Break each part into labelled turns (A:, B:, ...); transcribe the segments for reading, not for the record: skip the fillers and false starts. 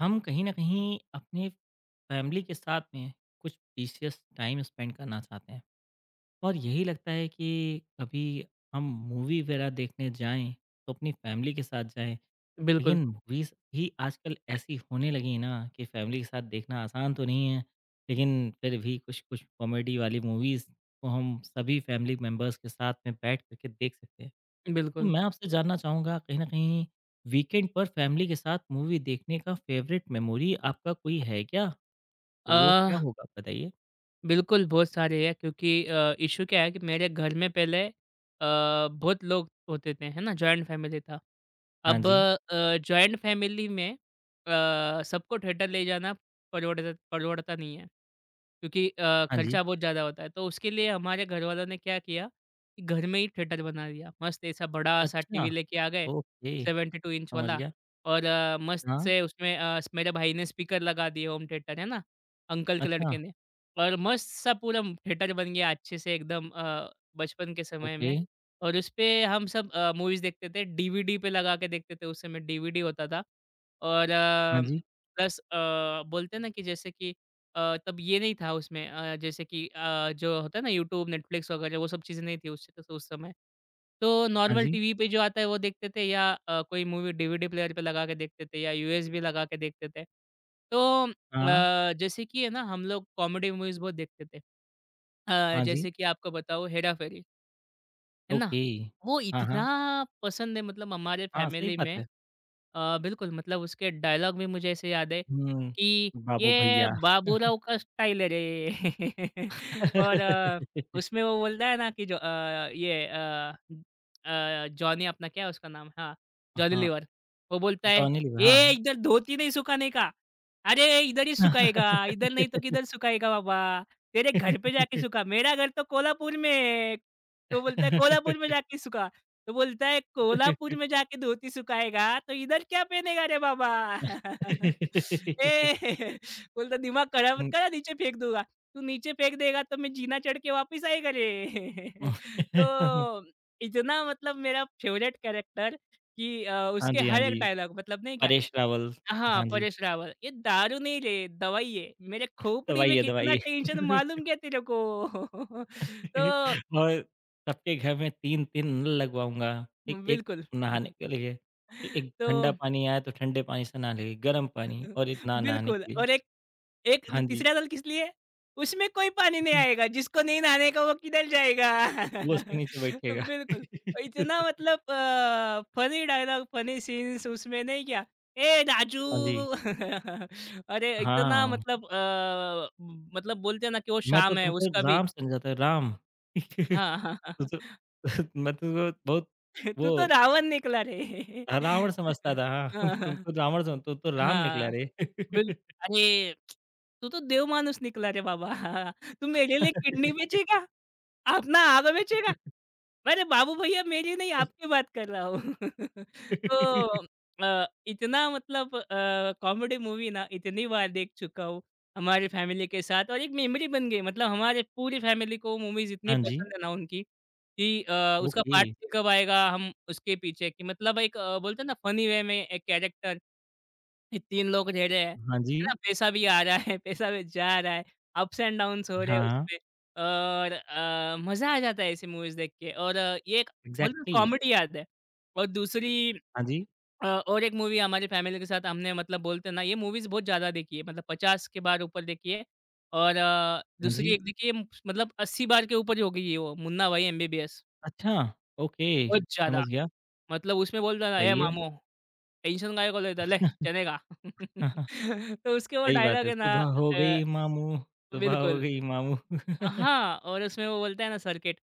A: हम कहीं ना कहीं अपने फैमिली के साथ में कुछ प्रीशियस टाइम स्पेंड करना चाहते हैं और यही लगता है कि कभी हम मूवी वगैरह देखने जाएं तो अपनी फैमिली के साथ जाएं।
B: बिल्कुल,
A: लेकिन मूवीज भी आजकल ऐसी होने लगी ना कि फैमिली के साथ देखना आसान तो नहीं है। लेकिन फिर भी कुछ कुछ कॉमेडी वाली मूवीज को हम सभी फैमिली मेम्बर्स के साथ में बैठ करके देख सकते हैं। तो
B: बिल्कुल।
A: मैं आपसे जानना चाहूँगा, कहीं न कहीं वीकेंड पर फैमिली के साथ मूवी देखने का फ़ेवरेट मेमोरी आपका कोई है क्या? तो
B: अ,
A: वो क्या होगा बताइए?
B: बिल्कुल, बहुत सारे हैं क्योंकि इश्यू क्या है कि मेरे घर में पहले बहुत लोग होते थे, है ना? जॉइंट फैमिली था।
A: हाँ
B: अब
A: जी,
B: जॉइंट फैमिली में सबको थिएटर ले जाना परवड़ता परवड़ता नहीं है क्योंकि
A: हाँ जी।
B: खर्चा बहुत ज़्यादा होता है। तो उसके लिए हमारे घरवालों ने क्या किया कि घर में ही थिएटर बना दिया। मस्त ऐसा बड़ा-सा
A: अच्छा,
B: टीवी लेके आ गए
A: ओके,
B: 72 इंच
A: समझ
B: वाला।
A: गया।
B: और मस्त
A: हाँ,
B: से उसमें मेरे भाई ने स्पीकर लगा दिए होम थिएटर, है ना? अंकल के
A: अच्छा,
B: लड़के ने। और मस्त-सा पूरा थिएटर बन गया अच्छे से एकदम बचपन के समय
A: ओके।
B: में। और उसपे हम सब मूवीज़ देखते थे, डीवीडी पे लगा के देखते थे, उस समय डीवीडी होता था। और
A: हाँ जी,
B: प्लस बोलते हैं ना कि जैसे कि तब ये नहीं था उसमें जैसे कि जो होता है ना यूट्यूब, नेटफ्लिक्स वगैरह वो सब चीज़ें नहीं थी उस समय। तो
A: हाँ
B: नॉर्मल
A: जी,
B: टीवी पे जो आता है वो देखते थे या कोई मूवी डीवीडी प्लेयर पे लगा के देखते थे या यूएसबी लगा के देखते थे। तो
A: हाँ,
B: जैसे कि है ना हम लोग कॉमेडी मूवीज बहुत देखते थे।
A: हाँ जी,
B: जैसे कि आपको बताऊँ हेरा फेरी, है ना?
A: ओके।
B: वो
A: हाँ,
B: इतना
A: हाँ,
B: पसंद है मतलब हमारे
A: हाँ, सही
B: फैमिली
A: बात
B: में।
A: है।
B: बिल्कुल, मतलब उसके डायलॉग भी मुझे ऐसे याद है
A: हुँ,
B: कि
A: बाबू
B: ये
A: भैया।
B: बाबूराव का स्टाइल है रे। और उसमें वो बोलता है ना कि जो ये जॉनी अपना क्या है उसका नाम? हाँ, जॉनी
A: हाँ,
B: लीवर। वो बोलता है,
A: जॉनी लीवर, हाँ,
B: "ये
A: हाँ।
B: इधर धोती नहीं सुखाने का। अरे! इधर ही सुखाएगा, इधर नहीं तो किधर सुखाएगा बाबा? तेरे घर पे जाके सुखा, मेरा घर तो कोल्हापुर में है।" तो बोलता है, "कोल्हापुर में जाके सुखा।" तो बोलता है, "कोल्हापुर में जाके धोती सुखाएगा, तो इधर क्या पहनेगा रे बाबा?" ए बोलता, "दिमाग खराब मत
A: हुँ।
B: करा, नीचे फेंक दूँगा। तू नीचे फेंक देगा, तो मैं जीना चढ़ के वापिस आएगा रे।" तो इतना मतलब मेरा फेवरेट कैरेक्टर कि
A: हाँ
B: उसके
A: जी, हाँ
B: हर एक
A: जी।
B: डायलॉग मतलब नहीं क्या।
A: परेश रावल,
B: हाँ,
A: हाँ जी,
B: परेश रावल, "ये दारू नहीं रे, दवाई है। मेरे खोपड़ी में
A: दवाइए,
B: कितना
A: दवाइए।
B: टेंशन मालूम क्या तेरे को?" तो
A: और सबके घर में 3-3 नल लगवाऊँगा, एक एक
B: बिल्कुल।
A: नहाने के लिए, ए एक
B: तो
A: ठंडा पानी आया तो ठंडे पानी से नहा लेगी, गर्म पानी और इतना नहाने
B: बिल्कुल
A: के लिए।
B: और एक एक
A: हाँ
B: द
A: जी,
B: तीसरा दल किस लिए? उसमें कोई पानी नहीं आएगा, जिसको नहीं नहाने का वो किधर जाएगा?
A: वो उसके नीचे बैठेगा।
B: बिल्कुल, और इतना मतलब फनी डायलॉग, फनी सीन्स उसमें नहीं क्या, "ए राजू।"
A: हाँ जी,
B: अरे इतना
A: हाँ,
B: मतलब मतलब बोलते हैं ना कि वो
A: मैं तो
B: शाम है
A: तुमको
B: उसका भी।
A: राम समझा था, राम।
B: हाँ,
A: तू
B: हाँ, हाँ,
A: तो मैं तुझको बहुत
B: "तू
A: वो
B: तो रावण निकला रे।"
A: रावण समझता था, हाँ, तुम
B: हाँ,
A: तो रावण सम तू तो राम निकला
B: हाँ,
A: रे।
B: बिल्कुल, अरे तू तो देव माणूस निकला रे बाबा! तू मेरे लिए किडनी बेचेगा? अपना आगा बेचेगा? अरे बाबू भैया मेरी नहीं आपकी बात कर रहा हूँ। तो इतना मतलब कॉमेडी मूवी ना इतनी बार देख चुका हूँ, हमारी फैमिली के साथ। और एक मेमोरी बन गई मतलब हमारे पूरी फैमिली को मूवीज़ इतनी
A: हाँ जी,
B: पसंद है ना उनकी कि उसका
A: ओके।
B: पार्ट 3 कब आएगा हम उसके पीछे कि मतलब एक बोलते हैं ना फ़नी वे में एक कैरेक्टर ये 3 लोग रह रहे हैं, है
A: हाँ जी,
B: ना? पैसा भी आ रहा है, पैसा भी जा रहा है, अप्स एंड डाउन्स हो रहे हैं
A: हाँ,
B: उसमें। और मज़ा आ जाता है ऐसी मूवीज़ देख के। और ये एक बोलते ना
A: एग्ज़ैक्टली।
B: कॉमेडी याद है। और दूसरी
A: हाँ जी,
B: और एक मूवी हमारी फैमिली के साथ हमने मतलब बोलते हैं ना ये मूवीज़ बहुत ज़्यादा देखी है मतलब 50 के बार ऊपर देखी है। और
A: हाँ
B: दूसरी
A: जी।
B: एक देखी है मतलब 80 बार के ऊपर ही हो गई है वो मुन्ना भाई एमबीबीएस।
A: अच्छा, ओके,
B: बहुत ज़्यादा
A: समझ गया,
B: मतलब उसमें बोलता था, "ए
A: सही है।
B: मामू, टेंशन काय कॉल लेता है? ले चलेगा." तो उसके वो
A: सही बात
B: डायलॉग
A: है,
B: है ना।
A: सुबह हो
B: अ,
A: गई मामू, सुबह हो
B: बिल्कुल।
A: गई मामू।
B: हाँ, और उसमें वो बोलता है ना सर्किट,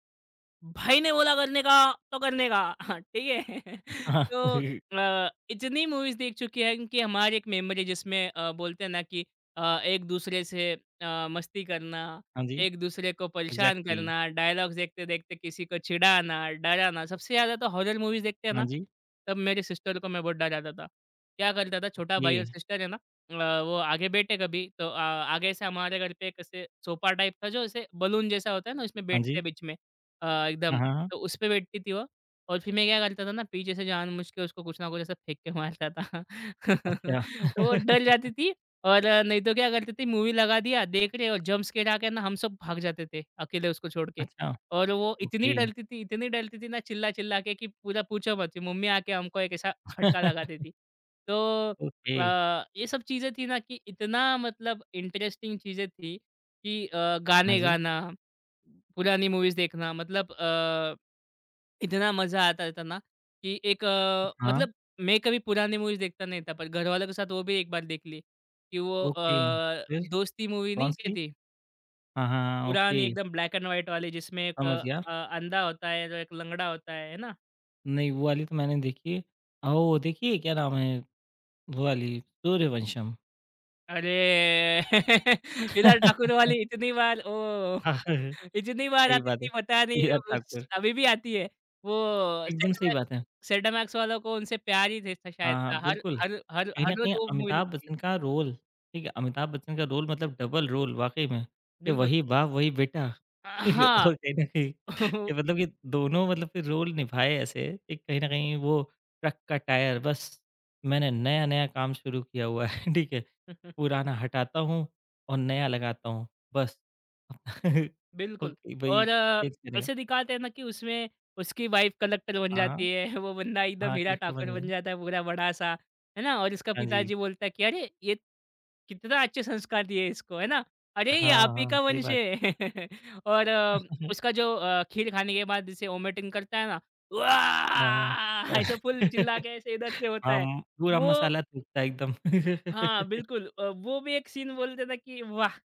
B: भाई ने बोला करने का तो करने का। ठीक है।
A: हाँ,
B: तो इतनी मूवीज़ देख चुके हैं कि हमारी एक मेमोरी जिसमें बोलते हैं ना कि एक दूसरे से मस्ती करना,
A: हाँ जी,
B: एक दूसरे को परेशान
A: एग्ज़ैक्टली।
B: करना, डायलॉग्स देखते-देखते किसी को चिढ़ाना, डराना। सबसे ज़्यादा तो हॉरर मूवीज़ देखते हैं
A: हाँ
B: ना,
A: जी,
B: तब मेरे सिस्टर को मैं बहुत डराता था। क्या करता था छोटा भाई
A: ये
B: और सिस्टर है ना। वो आगे बैठे कभी तो आगे से हमारे घर पे एक ऐसे सोफ़ा टाइप था जो ऐसे बलून जैसा होता है ना उसमें
A: हाँ
B: बैठते
A: जी,
B: हैं बीच में।
A: हाँ,
B: एकदम,
A: हाँ, हाँ।
B: तो उस पे बैठती थी वो और फिर मैं क्या करता था ना पीछे से जानबूझ के उसको कुछ ना कुछ ऐसा फेंक के मारता था।
A: अच्छा,
B: तो वो डर जाती थी। और नहीं तो क्या करती थी मूवी लगा दिया, देख रहे और जंप स्केयर आके ना हम सब भाग जाते थे, अकेले उसको छोड़ के।
A: अच्छा,
B: और वो
A: ओके,
B: इतनी डरती थी ना चिल्ला-चिल्ला के कि पूरा पूछो मत, फिर मम्मी आके हमको एक ऐसा फटका लगा देती। तो
A: ओके,
B: ये सब चीज़ें थी ना कि इतना मतलब इंटरेस्टिंग चीज़ें थी कि
A: हाँ
B: गाने
A: जी,
B: गाना पुरानी मूवीज़ देखना मतलब इतना मज़ा आता था ना कि एक
A: हाँ,
B: मतलब मैं कभी पुरानी मूवीज़ देखता नहीं था पर घरवालों के साथ वो भी एक बार देख ली कि वो
A: ओके, फिर
B: दोस्ती मूवी नहीं क्या
A: कौन-सी?
B: थी?
A: हाँ, हाँ, हाँ, ओके,
B: पुरानी एकदम ब्लैक एंड व्हाइट वाली जिसमें एक
A: समझ गया।
B: अंधा होता है और एक लंगड़ा होता है ना?
A: नहीं, वो वाली तो मैंने देखी है। वो देखिए क्या नाम है, वो वाली सूर्यवंशम।
B: अरे! हिला ठाकुर वाली इतनी बार ओह!
A: हाँ,
B: इतनी बार
A: सही
B: आती
A: बात
B: थी
A: है।
B: पता नहीं
A: ईरा
B: उस
A: ठाकुर,
B: अभी भी आती है। वो
A: एकदम सही
B: सेटमैक्स
A: बात है।
B: सेटमैक्स वालों को उनसे प्यार ही थे
A: हाँ,
B: शायद से,
A: हाँ,
B: हर
A: बिल्कुल।
B: हर हर
A: कहीं
B: हर
A: न कहीं
B: रोज़ वो मूवी
A: अमिताभ
B: लगती।
A: बच्चन का रोल, ठीक है, अमिताभ बच्चन का रोल मतलब डबल रोल वाक़ई में, कि
B: बिल्कुल।
A: वही बाप, वही बेटा, ठीक है,
B: हाँ।
A: और कहीं न कहीं ये मतलब कि दोनों मतलब कि रोल निभाए ऐसे कि कहीं न कहीं वो ट्रक का टायर बस मैंने नया-नया काम शुरू किया हुआ है, ठीक है। पुराना हटाता हूँ और नया लगाता हूँ, बस।
B: बिल्कुल
A: ओके, भाई
B: और
A: चेंज करेगा।
B: ऐसे दिखाते हैं ना कि उसमें उसकी वाइफ कलेक्टर बन
A: हाँ,
B: जाती है, वो बंदा एकदम
A: हाँ,
B: हीरा
A: कलेक्टर
B: ठाकुर
A: बन
B: बन
A: जाएगा।
B: जाता है पूरा बड़ा-सा, है ना? और इसका
A: हाँ जी।
B: पिताजी बोलता है कि अरे! ये कितना अच्छे संस्कार दिए इसको, है ना? अरे ये
A: हाँ,
B: आप ही
A: हाँ,
B: का
A: सही
B: वंश
A: बात।
B: है। और उसका जो खीर खाने के बाद जैसे वोमिटिंग करता है ना,
A: हाँ, हाँ।
B: "वाह!" ऐसा फुल चिल्ला के ऐसे इधर से होता है।
A: हम पूरा
B: वो
A: मसाला थूकता है एकदम।
B: हाँ, बिल्कुल वो भी एक सीन बोलते थे कि वाह!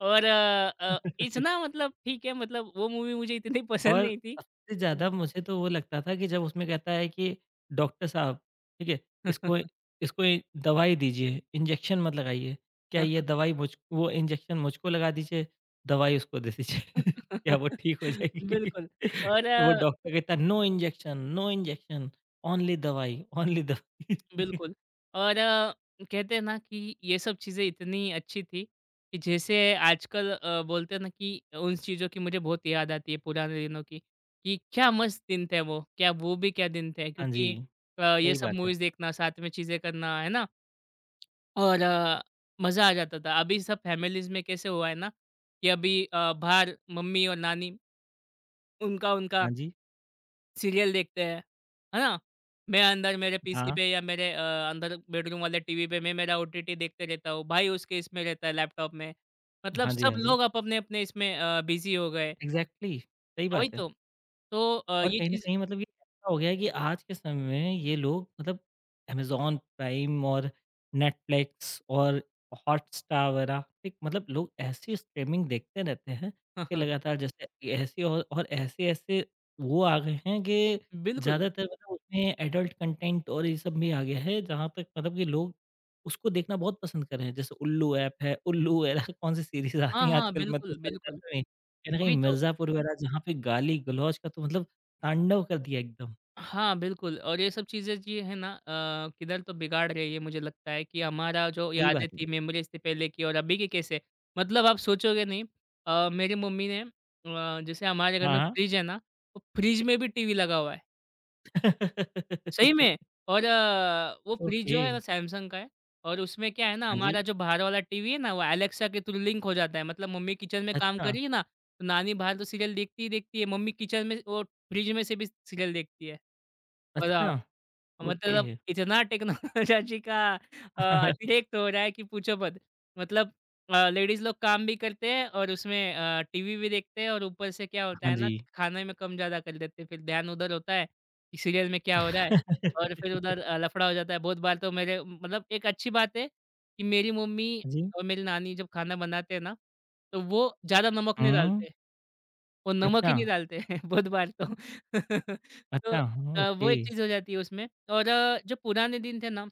B: और इतना मतलब ठीक है मतलब वो मूवी मुझे इतनी पसंद
A: और
B: नहीं थी।
A: सबसे ज़्यादा मुझे तो वो लगता था कि जब उसमें कहता है कि डॉक्टर साहब, ठीक है, इसको इसको ये दवाई दीजिए, इंजेक्शन मत लगाइए। क्या ये दवाई मुझ वो इंजेक्शन मुझको लगा दीजिए, दवाई उसको दे दीजिए। क्या वो ठीक हो जाएगी?
B: बिल्कुल और
A: वो डॉक्टर कहता है, नो इंजेक्शन, ओनली दवाई, ओनली दवाई।"
B: बिल्कुल और कहते हैं ना कि ये सब चीज़ें इतनी अच्छी थी कि जैसे आजकल बोलते हैं ना कि उन चीज़ों की मुझे बहुत याद आती है पुराने दिनों की कि क्या मस्त दिन थे वो क्या वो भी क्या दिन थे
A: हाँ
B: क्योंकि
A: जी,
B: ये
A: सही
B: सब
A: बात है।
B: मूवीज़ देखना साथ में चीज़ें करना है ना। और मज़ा आ जाता था अभी सब फैमिलीज़ में कैसे हुआ है ना कि अभी बाहर मम्मी और नानी उनका उनका
A: हाँ जी,
B: सीरियल देखते हैं, है ना? मैं अंदर मेरे पीसी
A: हाँ।
B: पे या मेरे अंदर बेडरूम वाले टीवी पे मैं मेरा ओटीटी देखते रहता हूँ, भाई उसके इसमें रहता है लैपटॉप में। मतलब
A: हाँ जी,
B: सब
A: हाँ जी।
B: लोग अपने-अपने इसमें बिज़ी हो गए,
A: एग्ज़ैक्टली, सही
B: हाँ वही
A: बात है।
B: तो। तो
A: और
B: ये
A: कहीं न
B: चीज़
A: कहीं मतलब ये ऐसा हो गया है कि आज के समय में ये लोग मतलब अमेज़न प्राइम और नेटफ्लिक्स और हॉटस्टार वगैरह एक मतलब लोग ऐसी स्ट्रीमिंग देखते रहते हैं कि लगातार जैसे ये ऐसे और ऐसे-ऐसे वो आ गए हैं कि
B: बिल्कुल।
A: ज़्यादातर मतलब उसमें एडल्ट कंटेंट और ये सब भी आ गया है जहाँ तक मतलब कि लोग उसको देखना बहुत पसंद कर रहे हैं। जैसे उल्लू ऐप है, उल्लू वगैरह। कौन-सी सीरीज़ आ
B: हाँ,
A: रही है
B: हाँ,
A: आजकल, मैं तो
B: बिल्कुल,
A: सारी
B: बिल्कुल,
A: जानता नहीं। कहीं न कहीं
B: वही तो।
A: मिर्ज़ापुर वगैरह जहाँ पे गाली-गलौज का तो मतलब तांडव कर दिया एकदम।
B: हाँ, बिल्कुल और ये सब चीज़ें जी है ना किधर तो बिगाड़ रही है मुझे लगता है कि हमारा जो
A: सही
B: यादें
A: बात है।
B: थी, मेमोरीज़ थी पहले की और अभी की कैसे मतलब आप सोचोगे नहीं। मेरी मम्मी ने जैसे हमारे घर में
A: हाँ,
B: फ्रिज है ना, तो फ्रिज में भी टीवी लगा हुआ है। सही में।
A: हाँ।
B: और वो फ्रिज
A: ओके।
B: जो है ना सैमसंग का है और उसमें क्या है ना
A: हाँ जी।
B: हमारा जो बाहर वाला टीवी है ना, वो एलेक्सा के थ्रू लिंक हो जाता है। मतलब मम्मी किचन में काम
A: अच्छा,
B: कर रही है ना, तो नानी बाहर तो सीरियल देखती ही देखती है, मम्मी किचन में वो फ्रिज में से भी सीरियल देखती है।
A: अच्छा,
B: बताओ।
A: ओके।
B: मतलब इतना टेक्नोलॉजी का अतिरेक तो हो रहा है कि पूछो मत। मतलब लेडीज़ लोग काम भी करते हैं और उसमें टीवी भी देखते हैं और ऊपर से क्या होता
A: हाँ
B: है
A: जी।
B: ना, खाने में कम-ज़्यादा कर देते हैं। फिर ध्यान उधर होता है कि सीरियल में क्या हो रहा है और फिर उधर लफड़ा हो जाता है। बहुत बार तो मेरे मतलब एक अच्छी बात है कि मेरी मम्मी
A: जी,
B: और मेरी नानी जब खाना बनाते हैं ना, तो वो ज़्यादा नमक नहीं
A: हुँ,
B: डालते। वो नमक
A: अच्छा,
B: ही नहीं डालते हैं बहुत बार तो। तो
A: अच्छा, हाँ, ओके।
B: वो एक चीज़ हो जाती है उसमें। और जो पुराने दिन थे ना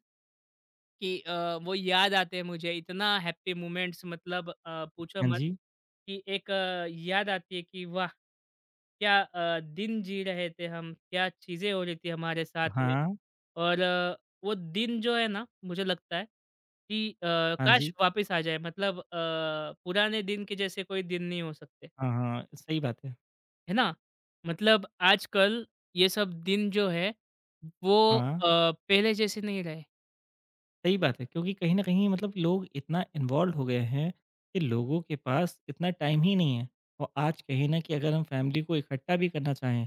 B: कि वो याद आते हैं मुझे इतना हैप्पी मोमेंट्स मतलब पूछो
A: हाँ
B: मत
A: जी,
B: कि एक याद आती है कि वाह! क्या दिन जी रहे थे हम, क्या चीज़ें हो रही थी हमारे साथ में।
A: हाँ,
B: और वो दिन जो है ना मुझे लगता है कि
A: हाँ जी,
B: काश वापस आ जाए मतलब पुराने दिन के जैसे कोई दिन नहीं हो सकते।
A: हाँ, हाँ, सही बात है।
B: है ना? मतलब आजकल ये सब दिन जो है वो
A: हाँ,
B: पहले जैसे नहीं रहे।
A: सही बात है क्योंकि कहीं न कहीं मतलब लोग इतना इन्वॉल्व हो गए हैं कि लोगों के पास इतना टाइम ही नहीं है। और आज कहीं न कि अगर हम फैमिली को इकट्ठा भी करना चाहें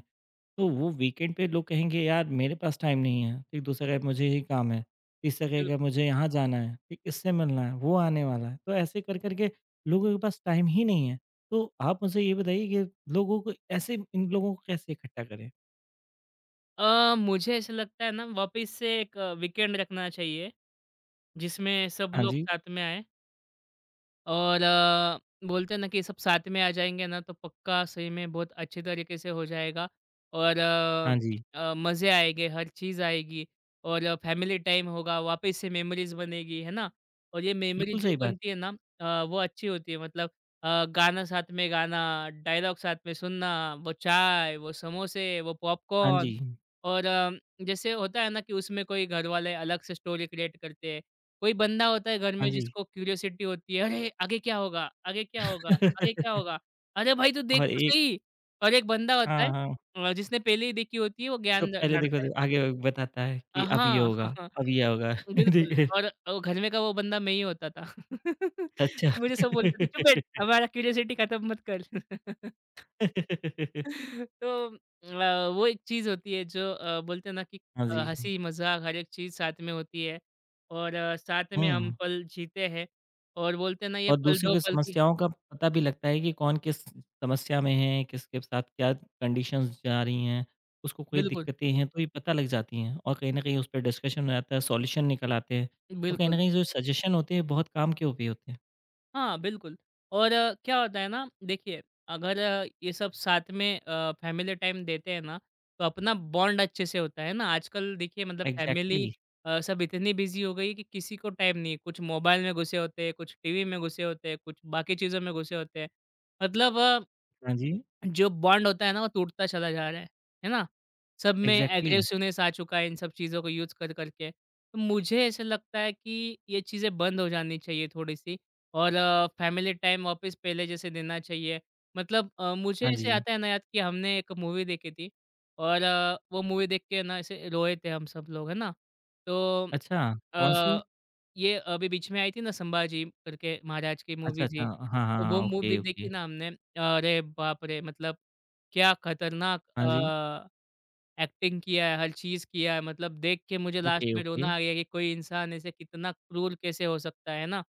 A: तो वो वीकेंड पे लोग कहेंगे, यार मेरे पास टाइम नहीं है, ठीक, दूसरा कहेगा मुझे ये काम है, तीसरा कहेगा
B: बिल्कुल।
A: मुझे यहाँ जाना है, ठीक, इससे मिलना है, वो आने वाला है, तो ऐसे कर करके लोगों के पास टाइम ही नहीं है। तो आप मुझे ये बताइए कि लोगों को ऐसे इन लोगों को कैसे इकट्ठा करें।
B: मुझे ऐसा लगता है ना वापस से एक वीकेंड रखना चाहिए, जिसमें सब
A: हाँ
B: लोग
A: जी,
B: साथ में आएँ और बोलते हैं ना कि सब साथ में आ जाएँगे ना तो पक्का सही में बहुत अच्छे तरीके से हो जाएगा और
A: हाँ जी,
B: मज़े आएँगे, हर चीज़ आएगी और फैमिली टाइम होगा, वापस से मेमोरीज़ बनेगी, है ना? और ये
A: बिल्कुल
B: मेमोरीज़ जो
A: सही बात,
B: बनती है ना वो अच्छी होती है मतलब गाना साथ में गाना, डायलॉग साथ में सुनना, वो चाय, वो समोसे, वो
A: हाँ जी,
B: पॉपकॉर्न और जैसे होता है ना कि उसमें कोई घर वाले अलग से स्टोरी क्रिएट करते हैं। कोई बंदा होता है घर में
A: हाँ जी।
B: जिसको क्यूरियोसिटी होती है, "अरे! आगे क्या होगा? आगे क्या होगा? आगे क्या होगा? अरे भाई तू देख
A: और
B: तो
A: एक
B: सही!" और एक बंदा होता
A: हाँ,
B: है
A: हाँ,
B: जिसने पहले ही देखी होती है वो
A: जो
B: ज्ञान झा
A: पहले देखो
B: झाड़ता है।
A: देखो आगे बताता है कि अब ये
B: हाँ,
A: होगा, अब ये होगा। ठीक
B: बिल्कुल
A: है,
B: और घर में का वो बंदा मैं ही होता था।
A: अच्छा।
B: तो मुझे सब बोलते थे, "चुप बैठ! हमारा क्यूरियोसिटी खत्म मत कर।" तो वो एक चीज़ होती है जो बोलते हैं ना कि
A: हाँ जी,
B: हँसी मज़ाक हर एक चीज़ साथ में होती है और साथ में हम
A: हम्म।
B: पल जीते हैं और बोलते हैं ना ये
A: और
B: पल
A: दूसरों
B: 2
A: की
B: पल की।
A: समस्याओं का पता भी लगता है कि कौन किस समस्या में है, किसके साथ क्या कंडीशंस जा रही हैं, उसको कोई
B: बिल्कुल,
A: दिक्कतें हैं तो ये पता लग जाती हैं और कहीं न कहीं उस पे डिस्कशन हो जाता है, सॉल्यूशन निकल आते हैं और कहीं
B: बिल्कुल।
A: न कहीं जो सजेशन होते हैं बहुत काम के भी होते हैं।
B: हाँ, बिल्कुल और क्या होता है ना देखिए अगर ये सब साथ में फैमिली टाइम देते हैं ना, तो अपना बॉन्ड अच्छे से होता है ना। आजकल देखिए मतलब फैमिली
A: एग्ज़ैक्टली,
B: सब इतनी बिज़ी हो गई है कि किसी को टाइम नहीं है। कुछ मोबाइल में घुसे होते हैं, कुछ टीवी में घुसे होते हैं, कुछ बाकी चीज़ों में घुसे होते हैं। मतलब
A: हाँ जी,
B: जो बॉन्ड होता है ना वो टूटता चला जा रहा है ना? सब में हुँ।
A: एग्ज़ैक्टली,
B: एग्रेसिवनेस आ चुका है इन सब चीज़ों को यूज़ कर कर के। तो मुझे ऐसा लगता है कि ये चीज़ें बंद हो जानी चाहिए थोड़ी-सी और फैमिली टाइम वापस पहले जैसे देना चाहिए। मतलब मुझे
A: हाँ
B: ऐसे
A: जी।
B: आता है ना याद कि हमने एक मूवी देखी थी और वो मूवी देख के ना ऐसे रोए थे हम सब लोग, है ना? तो
A: अच्छा, कौन-सी?
B: अ ये अभी बीच में आई थी ना संभाजी करके महाराज की
A: अच्छा,
B: मूवी
A: अच्छा।
B: थी,
A: हाँ, हाँ,
B: तो वो
A: हाँ, ओके,
B: मूवी देखी
A: ओके।
B: ना हमने। अरे बाप रे! मतलब क्या खतरनाक
A: हाँ जी,
B: एक्टिंग किया है, हर चीज़ किया है मतलब देख के मुझे लास्ट
A: ओके,
B: में
A: ओके,
B: रोना आ गया कि कोई इंसान ऐसे कितना क्रूर कैसे हो सकता है ना?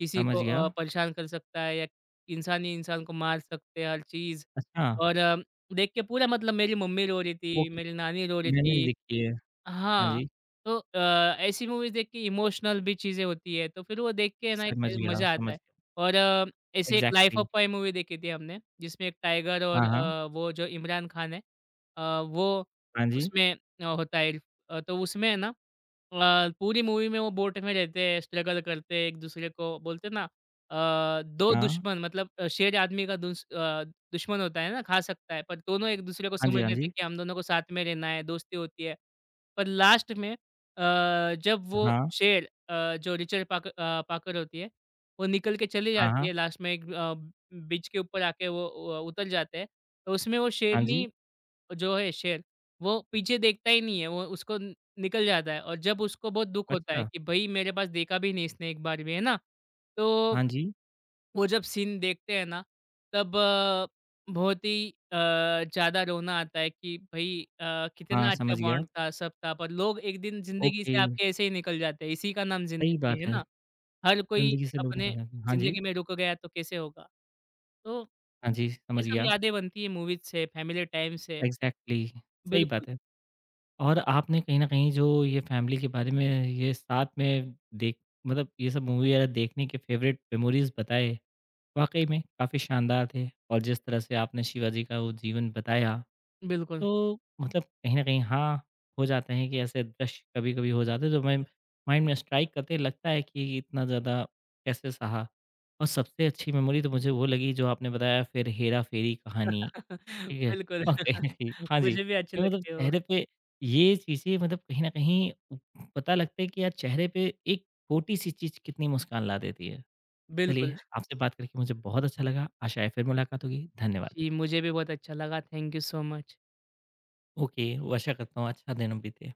B: किसी
A: समझ
B: को
A: गया।
B: परेशान कर सकता है या इंसान ही इंसान को मार सकते हैं, हर चीज़
A: अच्छा,
B: और देख के पूरा मतलब मेरी मम्मी रो रही थी,
A: ओके,
B: मेरी नानी रो रही
A: मैंने भी
B: थी।
A: देखी है। हाँ
B: हाँ,
A: जी,
B: तो ऐसी मूवीज़ देख के इमोशनल भी चीज़ें होती है, तो फिर वो देख के ना एक
A: समझ गया,
B: मज़ा आता
A: समझ
B: है।
A: गया।
B: और ऐसे एक Life
A: exactly,
B: of Pi movie देखी थी हमने, जिसमें एक टाइगर
A: हाँ,
B: और
A: हाँ।
B: वो जो इमरान खान है वो
A: हाँ जी,
B: उसमें होता है तो उसमें है ना पूरी मूवी में वो बोट में रहते हैं, स्ट्रगल करते हैं, एक दूसरे को बोलते हैं ना 2
A: हाँ।
B: दुश्मन मतलब शेर आदमी का दुश्मन होता है ना, खा सकता है, पर दोनों एक दूसरे को
A: हाँ
B: समझ
A: जी, हाँ
B: लेते हैं
A: जी।
B: कि हम दोनों को साथ में रहना है, दोस्ती होती है। पर लास्ट में जब अच्छा। वो
A: हाँ,
B: शेर जो पाकर होती है, वो निकल के चली
A: हाँ,
B: जाती
A: हाँ।
B: है लास्ट में एक ब्रिज के ऊपर आके वो उतर जाते हैं। तो उसमें वो
A: हाँ जी,
B: शेरनी जो है शेर, वो पीछे देखता ही नहीं है, वो उसको न निकल जाता है और जब उसको बहुत दुःख होता है
A: अच्छा।
B: कि भई मेरे पास देखा भी नहीं इसने एक बार भी, है ना? तो
A: हाँ जी,
B: वो जब सीन देखते हैं ना तब बहुत ही ज़्यादा रोना आता है कि भाई
A: हाँ,
B: कितना अच्छा
A: समझ गया।
B: बॉन्ड था सब था पर लोग एक दिन ज़िंदगी
A: ओके,
B: से आपके ऐसे ही निकल जाते हैं इसी का नाम
A: सही
B: ज़िंदगी
A: बात
B: है
A: है,
B: ना। हर कोई
A: ज़िंदगी से लोग
B: अपने
A: निकल जाते हैं। हाँ जी,
B: ज़िंदगी में रुक गया तो कैसे होगा? तो
A: हाँ जी,
B: ये
A: समझ
B: सब
A: गया।
B: यादें बनती है मूवीज़ से, फैमिली टाइम से।
A: एग्ज़ैक्टली, सही
B: बिल्कुल,
A: बात है। और आपने कहीं न कहीं जो ये फैमिली के बारे में ये साथ में देख मतलब ये सब मूवी वगैरह देखने के फ़ेवरेट मेमोरीज़ बताए, वाक़ई में काफ़ी शानदार थे। और जिस तरह से आपने शिवाजी का वो जीवन बताया,
B: बिल्कुल।
A: तो मतलब कहीं न कहीं हाँ, हो जाते हैं कि ऐसे दृश्य कभी-कभी हो जाते हैं जो मैं माइंड में स्ट्राइक करते ही लगता है कि इतना ज़्यादा कैसे सहा। और सबसे अच्छी मेमोरी तो मुझे वो लगी जो आपने बताया फिर हेरा-फेरी कहानी, ठीक है?
B: बिल्कुल।
A: और कहीं न कहीं हाँ जी,
B: मुझे भी अच्छी
A: ये मतलब
B: लगती है वो।
A: चेहरे पे ये चीज़ें मतलब कहीं न कहीं पता लगता है कि यार चेहरे पे एक छोटी-सी चीज़ कितनी मुस्कान ला देती है। चलिए,
B: बिल्कुल।
A: आपसे बात करके मुझे बहुत अच्छा लगा, आशा है फिर मुलाकात होगी, धन्यवाद।
B: जी, मुझे भी बहुत अच्छा लगा। Thank you so much.
A: Okay, वो आशा करता हूँ अच्छा दिन बीते।